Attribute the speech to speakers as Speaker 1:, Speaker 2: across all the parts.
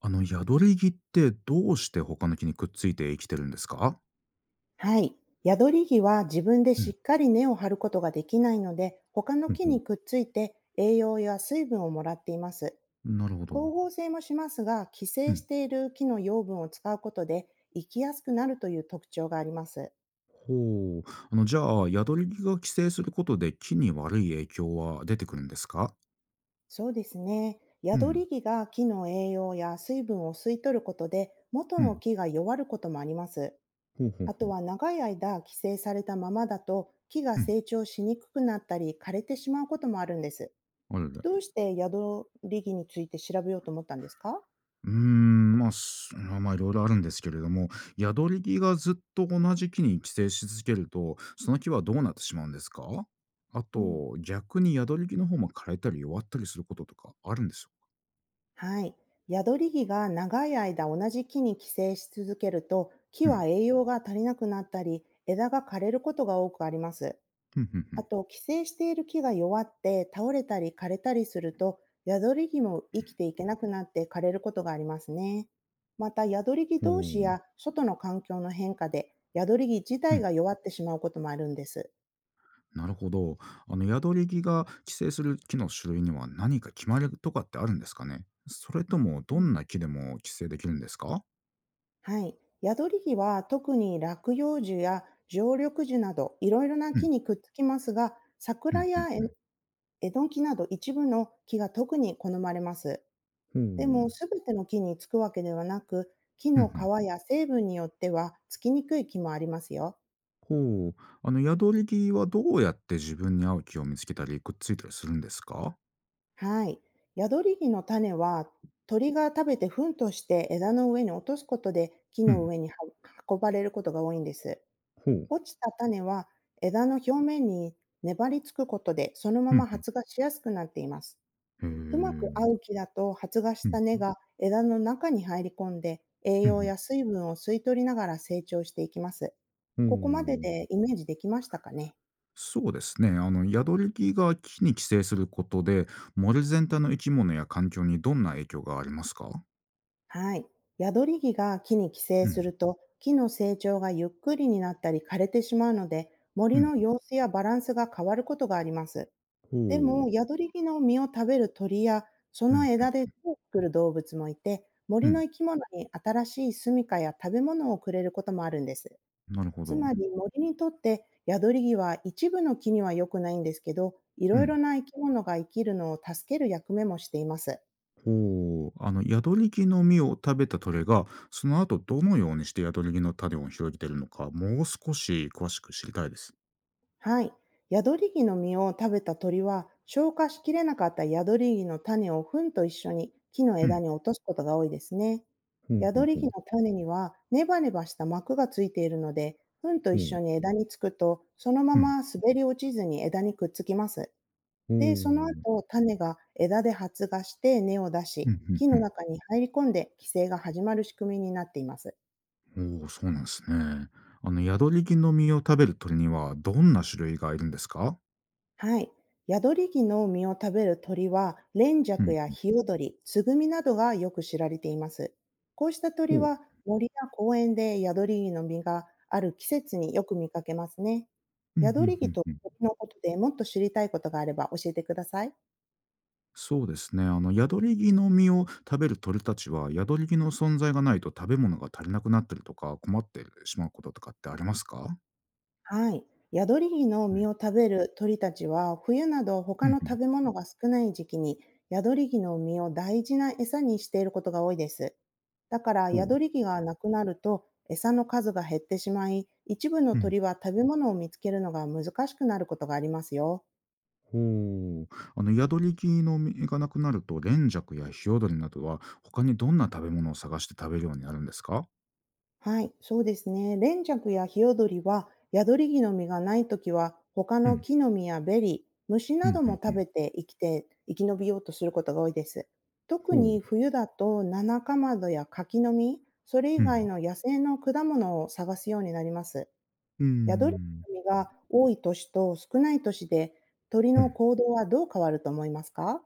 Speaker 1: ヤドリギってどうして他の木にくっついて生きてるんですか？
Speaker 2: はい。宿り木は自分で
Speaker 1: う
Speaker 2: し
Speaker 1: ん。
Speaker 2: っかり根を張ることができないので、他の
Speaker 1: ほう
Speaker 2: 木
Speaker 1: ほう。
Speaker 2: にくっついて栄養や水分をもらっています。
Speaker 1: なるほど。
Speaker 2: 光合成もしますが、寄
Speaker 1: う
Speaker 2: 生し
Speaker 1: ん。
Speaker 2: ている木の養分を使うことで生きやすくなるという特徴があります。
Speaker 1: ほう。じゃあ、ヤドリギが寄生することで木に悪い影響は出てくるんですか？
Speaker 2: そうですね。
Speaker 1: う
Speaker 2: 宿
Speaker 1: ん。
Speaker 2: り木が木の栄養や水分を吸い取ることで、元
Speaker 1: う
Speaker 2: の
Speaker 1: ん。
Speaker 2: 木が弱ることもあります。
Speaker 1: ほうほ
Speaker 2: あ
Speaker 1: うほ
Speaker 2: と
Speaker 1: う。
Speaker 2: は、長い間寄生されたままだと、木が
Speaker 1: うん。
Speaker 2: 成長しにくくなったり枯れてしまうこともあるんです。
Speaker 1: あれだ。
Speaker 2: どうして宿り木について調べようと思ったんですか？
Speaker 1: うーん、まあ、まあいろいろあるんですけれども、ヤドリギがずっと同じ木に寄生し続けると、その木はどうなってしまうんですか？あ
Speaker 2: うん、
Speaker 1: と、逆にヤドリギの方も枯れたり弱ったりすることとかあるんです
Speaker 2: はい。宿り木が長い間同じ木に寄生し続けると、木は
Speaker 1: よ。
Speaker 2: 栄養が足りなくなったり、枝が枯れることが多くあります。
Speaker 1: ふんふんふ
Speaker 2: あ
Speaker 1: ん。
Speaker 2: と、寄生している木が弱って倒れたり枯れたりすると、宿り木も生きていけなくなって枯れることがありますね。また、宿り木
Speaker 1: ほ
Speaker 2: 同士
Speaker 1: う。
Speaker 2: や外の環境の変化で、宿り木自
Speaker 1: う
Speaker 2: 体
Speaker 1: ん、
Speaker 2: が弱ってしまうこともあるんです。
Speaker 1: なるほど。宿り木が寄生する木の種類には何か決まりとかってあるんですかね？それともどんな木でも寄生できるんですか？
Speaker 2: はい。宿り木は特に落葉樹や常緑樹などいろいろな
Speaker 1: う
Speaker 2: 木
Speaker 1: ん、
Speaker 2: にくっつきますが、
Speaker 1: う
Speaker 2: 桜
Speaker 1: んうん
Speaker 2: や
Speaker 1: う
Speaker 2: エノキなど一部の木が特に好まれます。
Speaker 1: ん。ほ
Speaker 2: で
Speaker 1: う。
Speaker 2: も、全ての木につくわけではなく、木
Speaker 1: ふん
Speaker 2: の
Speaker 1: ふん。
Speaker 2: 皮や成分によってはつきにくい木もありますよ。
Speaker 1: ほう。宿り木はどうやって自分に合う木を見つけたり、くっついたりするんですか？
Speaker 2: はい。宿り木の種は、鳥が食べて糞として枝の上に落とすことで木
Speaker 1: う
Speaker 2: の
Speaker 1: ん。
Speaker 2: 上には運ばれることが多いんです。
Speaker 1: ほう。
Speaker 2: 落ちた種は、枝の表面に粘りつくことでそのま
Speaker 1: ふん
Speaker 2: ま
Speaker 1: ふん。
Speaker 2: 発芽しやすくなっています。
Speaker 1: へ
Speaker 2: うまく合
Speaker 1: え。
Speaker 2: う木だと、発芽し
Speaker 1: うん。
Speaker 2: た根が枝の中に入り込んで栄
Speaker 1: うんう
Speaker 2: 養
Speaker 1: ん。
Speaker 2: や水分を吸い取りながら成長していきます。
Speaker 1: ほ
Speaker 2: ここまで
Speaker 1: う。
Speaker 2: でイメージできましたかね？
Speaker 1: そうですね。宿り木が木に寄生することで、森全体の生き物や環境にどんな影響がありますか？
Speaker 2: はい。宿り木が木に寄生
Speaker 1: う
Speaker 2: す
Speaker 1: ん。
Speaker 2: ると、木の成長がゆっくりになったり枯れてしまうので、
Speaker 1: う
Speaker 2: 森
Speaker 1: ん。
Speaker 2: の様子やバランスが変わることがあります。で
Speaker 1: ほう。
Speaker 2: も、宿り木の実を食べる鳥や、そ
Speaker 1: う
Speaker 2: の
Speaker 1: ん。
Speaker 2: 枝で巣を作る動物もいて、
Speaker 1: う
Speaker 2: 森の
Speaker 1: ん。
Speaker 2: 生き物に新しい住処や食べ物をくれることもあるんです。
Speaker 1: なるほ
Speaker 2: つ
Speaker 1: ど。
Speaker 2: まり、森にとって宿り木は一部の木には良くないんですけど、い
Speaker 1: う
Speaker 2: ろい
Speaker 1: ん。
Speaker 2: ろな生き物が生きるのを助ける役目もしています。
Speaker 1: ほう。宿り木の実を食べた鳥が、その後どのようにして宿り木の種を広げているのか、もう少し詳しく知りたいです。
Speaker 2: はい。ヤドリギの実を食べた鳥は、消化しきれなかったヤドリギの種を糞と一緒に木の
Speaker 1: う
Speaker 2: 枝
Speaker 1: ん。
Speaker 2: に落とすことが多いですね。
Speaker 1: ほう
Speaker 2: ヤ
Speaker 1: ほ
Speaker 2: ド
Speaker 1: う
Speaker 2: リ
Speaker 1: ほ
Speaker 2: ギ
Speaker 1: う。
Speaker 2: の種にはネバネバした膜がついているので、糞と
Speaker 1: ほ
Speaker 2: 一緒
Speaker 1: う。
Speaker 2: に枝につくと、そのま
Speaker 1: うん。
Speaker 2: ま滑り落ちずに枝にくっつきます。
Speaker 1: ほう。う
Speaker 2: で、その
Speaker 1: ん。
Speaker 2: 後、種が枝で発芽して根を出
Speaker 1: う
Speaker 2: し、木の
Speaker 1: ん。
Speaker 2: 中に入り込んで寄生が始まる仕組みになっています。
Speaker 1: うん。おお、そうなんですね。宿り木の実を食べる鳥には、どんな種類がいるんですか？
Speaker 2: はい。宿り木の実を食べる鳥は、連
Speaker 1: う
Speaker 2: 雀
Speaker 1: ん。
Speaker 2: やヒヨドリ、ツグミなどがよく知られています。こうした
Speaker 1: ほ
Speaker 2: 鳥
Speaker 1: う。
Speaker 2: は、森や公園で宿り木の実がある季節によく見かけますね。
Speaker 1: うんう
Speaker 2: 宿り
Speaker 1: んう
Speaker 2: 木
Speaker 1: ん
Speaker 2: と
Speaker 1: うん。
Speaker 2: 鳥のことでもっと知りたいことがあれば教えてください。
Speaker 1: そうですね。ヤドリギの実を食べる鳥たちは、ヤドリギの存在がないと食べ物が足りなくなったりとか、困ってしまうこととかってありますか？
Speaker 2: はい。ヤドリギの
Speaker 1: う
Speaker 2: 実
Speaker 1: ん。
Speaker 2: を食べる鳥たちは、冬など他
Speaker 1: うん
Speaker 2: の
Speaker 1: うん。
Speaker 2: 食べ物が少ない時期に、ヤドリギの実を大事な餌にしていることが多いです。だから、
Speaker 1: ほ
Speaker 2: ヤ
Speaker 1: う。
Speaker 2: ドリギがなくなると、餌の数が減ってしまい、一部の
Speaker 1: うん。
Speaker 2: 鳥は食べ物を見つけるのが難しくなることがありますよ。
Speaker 1: ほう。ヤドリギの実がなくなると、連雀やヒヨドリなどは、他にどんな食べ物を探して食べるようになるんですか？
Speaker 2: はい、そうですね。連雀やヒヨドリは、ヤドリギの実がないときは、他
Speaker 1: う
Speaker 2: の
Speaker 1: ん。
Speaker 2: 木の実やベリー、虫
Speaker 1: う
Speaker 2: な
Speaker 1: ん
Speaker 2: ど
Speaker 1: う
Speaker 2: も
Speaker 1: んう
Speaker 2: 食
Speaker 1: ん。
Speaker 2: べて生きて、生き延びようとすることが多いです。特
Speaker 1: ほ
Speaker 2: に
Speaker 1: う。
Speaker 2: 冬だと、ナナカマドや柿の実、それ以
Speaker 1: う
Speaker 2: 外
Speaker 1: ん。
Speaker 2: の野生の果物を探すようになります。
Speaker 1: うー
Speaker 2: ヤドリ
Speaker 1: ん。
Speaker 2: ギの実が多い年と少ない年で、鳥
Speaker 1: う
Speaker 2: の
Speaker 1: ん。
Speaker 2: 行動はどう変わると思いますか？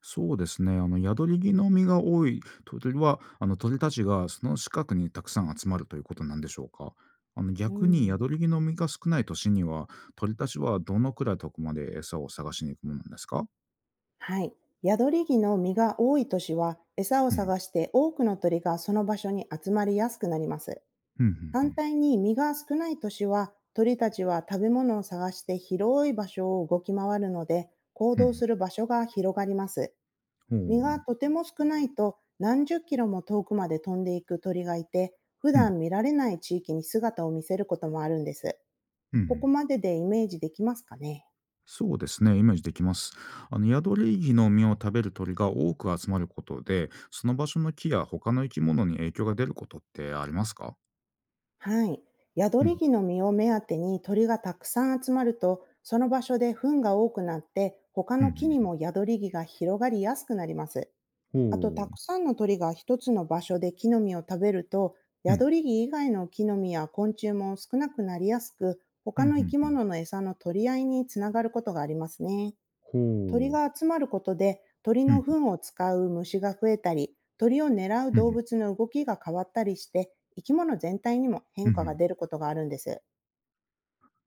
Speaker 1: そうですね。宿り木の実が多い鳥は、鳥たちがその近くにたくさん集まるということなんでしょうか。
Speaker 2: う
Speaker 1: 逆に
Speaker 2: ん。
Speaker 1: 宿り木の実が少ない年には、鳥たちはどのくらい遠くまで餌を探しに行くものなんですか？
Speaker 2: はい。宿り木の実が多い年は、餌を
Speaker 1: うん。
Speaker 2: 探して多くの鳥がその場所に集まりやすくなります。
Speaker 1: うん。う
Speaker 2: 反
Speaker 1: ん。
Speaker 2: 対に実が少ない年は、鳥たちは食べ物を探して広い場所を動き回るので、行
Speaker 1: う
Speaker 2: 動
Speaker 1: ん。
Speaker 2: する場所が広がります。
Speaker 1: ほ
Speaker 2: 実
Speaker 1: う。
Speaker 2: がとても少ないと、何十キロも遠くまで飛んでいく鳥がいて、普
Speaker 1: うん。
Speaker 2: 段見られない地域に姿を見せることもあるんです。
Speaker 1: う
Speaker 2: ここ
Speaker 1: ん。
Speaker 2: まででイメージできますかね？
Speaker 1: そうですね。イメージできます。宿り木の実を食べる鳥が多く集まることで、その場所の木や他の生き物に影響が出ることってありますか？
Speaker 2: はい。宿
Speaker 1: う
Speaker 2: り
Speaker 1: ん。
Speaker 2: 木の実を目当てに鳥がたくさん集まると、その場所で糞が多くなって、他
Speaker 1: うん。う
Speaker 2: の木に
Speaker 1: ん。
Speaker 2: も宿り木が広がりやすくなります。あと、
Speaker 1: ほ
Speaker 2: た
Speaker 1: う。
Speaker 2: くさんの鳥が一つの場所で木の実を食べると、
Speaker 1: うん。
Speaker 2: 宿り木以外の木の実や昆虫も少なくなりやすく、
Speaker 1: う
Speaker 2: 他の生
Speaker 1: ん。
Speaker 2: き
Speaker 1: うん。
Speaker 2: 物の餌の取り合いにつながることがありますね。鳥
Speaker 1: ほう。
Speaker 2: が集まることで鳥
Speaker 1: う
Speaker 2: の
Speaker 1: ん
Speaker 2: 糞を使う虫が増えたり、鳥を狙う
Speaker 1: うん、うん
Speaker 2: 動
Speaker 1: うん、
Speaker 2: 物の動きが変わったりして、生き物全体にも変化が
Speaker 1: ん。
Speaker 2: 出ることがあるんです。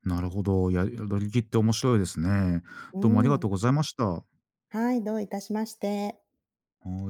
Speaker 1: なるほど。ややりきって面白いですね。
Speaker 2: う
Speaker 1: どうもありが
Speaker 2: ん。
Speaker 1: とうございました。は
Speaker 2: はい、どういたしまして。
Speaker 1: い。